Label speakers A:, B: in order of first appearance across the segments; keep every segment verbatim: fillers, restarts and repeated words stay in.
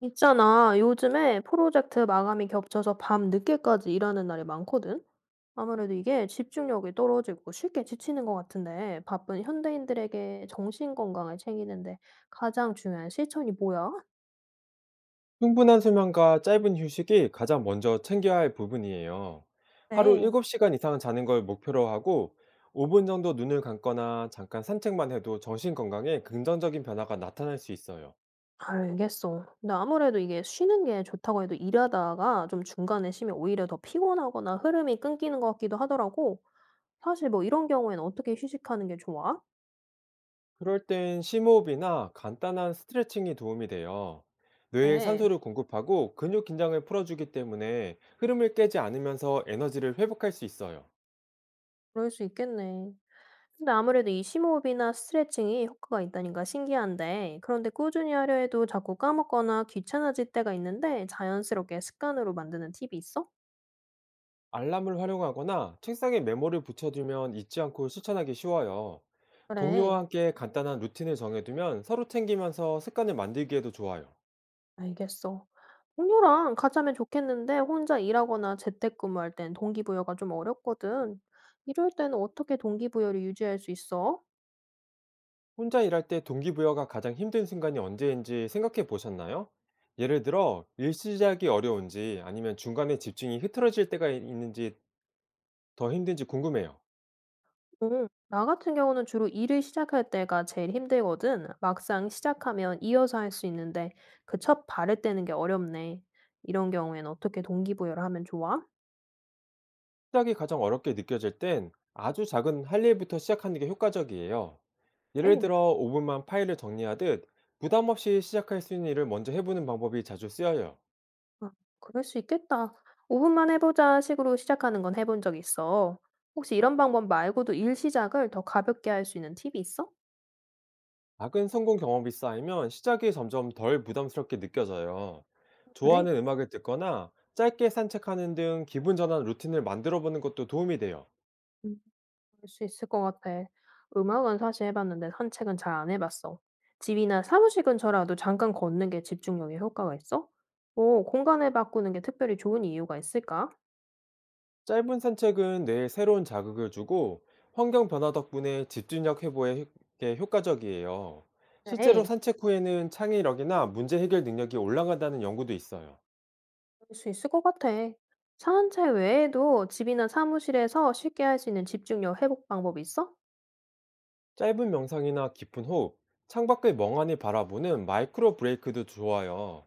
A: 있잖아, 요즘에 프로젝트 마감이 겹쳐서 밤 늦게까지 일하는 날이 많거든? 아무래도 이게 집중력이 떨어지고 쉽게 지치는 것 같은데, 바쁜 현대인들에게 정신 건강을 챙기는데 가장 중요한 실천이 뭐야?
B: 충분한 수면과 짧은 휴식이 가장 먼저 챙겨야 할 부분이에요. 하루
A: 네.
B: 일곱 시간 이상 자는 걸 목표로 하고 오 분 정도 눈을 감거나 잠깐 산책만 해도 정신 건강에 긍정적인 변화가 나타날 수 있어요.
A: 알겠어. 근데 아무래도 이게 쉬는 게 좋다고 해도 일하다가 좀 중간에 쉬면 오히려 더 피곤하거나 흐름이 끊기는 것 같기도 하더라고. 사실 뭐 이런 경우에는 어떻게 휴식하는 게 좋아?
B: 그럴 땐 심호흡이나 간단한 스트레칭이 도움이 돼요. 뇌에
A: 네,
B: 산소를 공급하고 근육 긴장을 풀어주기 때문에 흐름을 깨지 않으면서 에너지를 회복할 수 있어요.
A: 그럴 수 있겠네. 근데 아무래도 이 심호흡이나 스트레칭이 효과가 있다니까 신기한데, 그런데 꾸준히 하려 해도 자꾸 까먹거나 귀찮아질 때가 있는데 자연스럽게 습관으로 만드는 팁이 있어?
B: 알람을 활용하거나 책상에 메모를 붙여두면 잊지 않고 실천하기 쉬워요.
A: 그래,
B: 동료와 함께 간단한 루틴을 정해두면 서로 챙기면서 습관을 만들기에도 좋아요.
A: 알겠어. 동료랑 같이 하면 좋겠는데 혼자 일하거나 재택근무할 땐 동기부여가 좀 어렵거든. 이럴 때는 어떻게 동기부여를 유지할 수 있어?
B: 혼자 일할 때 동기부여가 가장 힘든 순간이 언제인지 생각해 보셨나요? 예를 들어, 일 시작이 어려운지 아니면 중간에 집중이 흐트러질 때가 있는지 더 힘든지 궁금해요.
A: 음, 나 같은 경우는 주로 일을 시작할 때가 제일 힘들거든. 막상 시작하면 이어서 할 수 있는데 그 첫 발을 떼는 게 어렵네. 이런 경우엔 어떻게 동기부여를 하면 좋아?
B: 시작이 가장 어렵게 느껴질 땐 아주 작은 할 일부터 시작하는 게 효과적이에요. 예를
A: 네,
B: 들어 오 분만 파일을 정리하듯 부담 없이 시작할 수 있는 일을 먼저 해보는 방법이 자주 쓰여요.
A: 아, 그럴 수 있겠다. 오 분만 해보자 식으로 시작하는 건 해본 적 있어. 혹시 이런 방법 말고도 일 시작을 더 가볍게 할 수 있는 팁이 있어?
B: 작은 성공 경험이 쌓이면 시작이 점점 덜 부담스럽게 느껴져요.
A: 그래.
B: 좋아하는 음악을 듣거나 짧게 산책하는 등 기분 전환 루틴을 만들어 보는 것도 도움이 돼요.
A: 음. 할 수 있을 것 같아. 음악은 사실 해 봤는데 산책은 잘 안 해 봤어. 집이나 사무실 근처라도 잠깐 걷는 게 집중력에 효과가 있어? 오, 공간을 바꾸는 게 특별히 좋은 이유가 있을까?
B: 짧은 산책은 뇌에 새로운 자극을 주고 환경 변화 덕분에 집중력 회복에 효- 게 효과적이에요. 실제로
A: 네,
B: 산책 후에는 창의력이나 문제 해결 능력이 올라간다는 연구도 있어요.
A: 그럴 수 있을 것 같아. 산책 외에도 집이나 사무실에서 쉽게 할 수 있는 집중력 회복 방법이 있어?
B: 짧은 명상이나 깊은 호흡, 창밖을 멍하니 바라보는 마이크로 브레이크도 좋아요.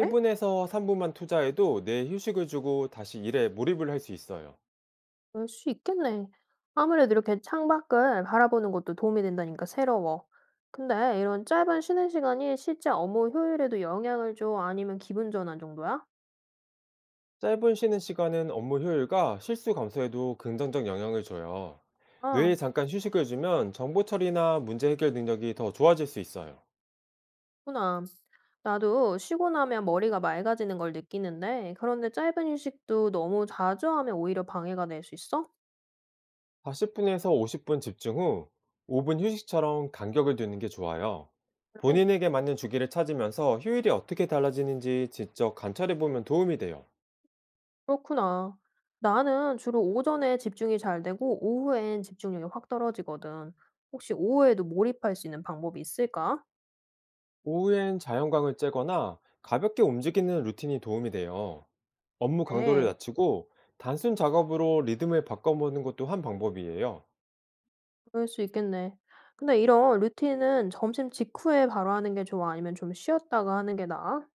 A: 네?
B: 삼 분만 투자해도 뇌에 휴식을 주고 다시 일에 몰입을 할 수 있어요.
A: 그럴 수 있겠네. 아무래도 이렇게 창밖을 바라보는 것도 도움이 된다니까 새로워. 근데 이런 짧은 쉬는 시간이 실제 업무 효율에도 영향을 줘? 아니면 기분 전환 정도야?
B: 짧은 쉬는 시간은 업무 효율과 실수 감소에도 긍정적 영향을 줘요.
A: 아,
B: 뇌에 잠깐 휴식을 주면 정보 처리나 문제 해결 능력이 더 좋아질 수 있어요.
A: 그렇구나. 나도 쉬고 나면 머리가 맑아지는 걸 느끼는데, 그런데 짧은 휴식도 너무 자주 하면 오히려 방해가 될 수 있어?
B: 사십 분에서 오십 분 집중 후 오 분 휴식처럼 간격을 두는 게 좋아요.
A: 그래.
B: 본인에게 맞는 주기를 찾으면서 휴일이 어떻게 달라지는지 직접 관찰해 보면 도움이 돼요.
A: 그렇구나. 나는 주로 오전에 집중이 잘 되고, 오후엔 집중력이 확 떨어지거든. 혹시 오후에도 몰입할 수 있는 방법이 있을까?
B: 오후엔 자연광을 쬐거나 가볍게 움직이는 루틴이 도움이 돼요. 업무 강도를
A: 네,
B: 낮추고 단순 작업으로 리듬을 바꿔보는 것도 한 방법이에요.
A: 그럴 수 있겠네. 근데 이런 루틴은 점심 직후에 바로 하는 게 좋아? 아니면 좀 쉬었다가 하는 게 나아?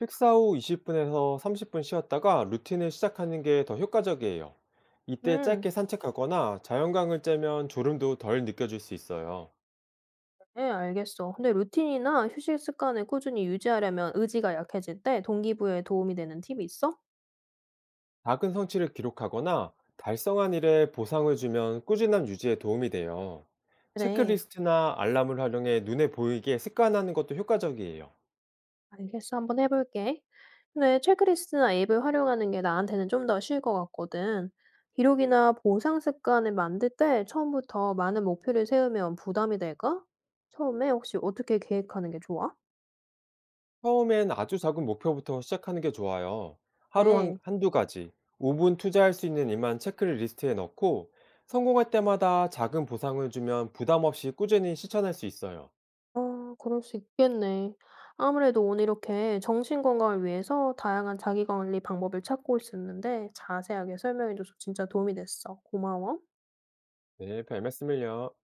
B: 식사 후 이십 분에서 삼십 분 쉬었다가 루틴을 시작하는 게 더 효과적이에요. 이때
A: 음.
B: 짧게 산책하거나 자연광을 쬐면 졸음도 덜 느껴질 수 있어요.
A: 네, 알겠어. 근데 루틴이나 휴식 습관을 꾸준히 유지하려면 의지가 약해질 때 동기부여에 도움이 되는 팁이 있어?
B: 작은 성취를 기록하거나 달성한 일에 보상을 주면 꾸준함 유지에 도움이 돼요.
A: 그래,
B: 체크리스트나 알람을 활용해 눈에 보이게 습관하는 것도 효과적이에요.
A: 알겠어. 한번 해볼게. 근데 체크리스트나 앱을 활용하는 게 나한테는 좀 더 쉬울 것 같거든. 기록이나 보상 습관을 만들 때 처음부터 많은 목표를 세우면 부담이 될까? 처음에 혹시 어떻게 계획하는 게 좋아?
B: 처음엔 아주 작은 목표부터 시작하는 게 좋아요. 하루 한,
A: 네.
B: 한두 가지, 오 분 투자할 수 있는 일만 체크리스트에 넣고, 성공할 때마다 작은 보상을 주면 부담 없이 꾸준히 실천할 수 있어요.
A: 어, 그럴 수 있겠네. 아무래도 오늘 이렇게 정신 건강을 위해서 다양한 자기 관리 방법을 찾고 있었는데 자세하게 설명해줘서 진짜 도움이 됐어. 고마워.
B: 네, 별 말씀을요.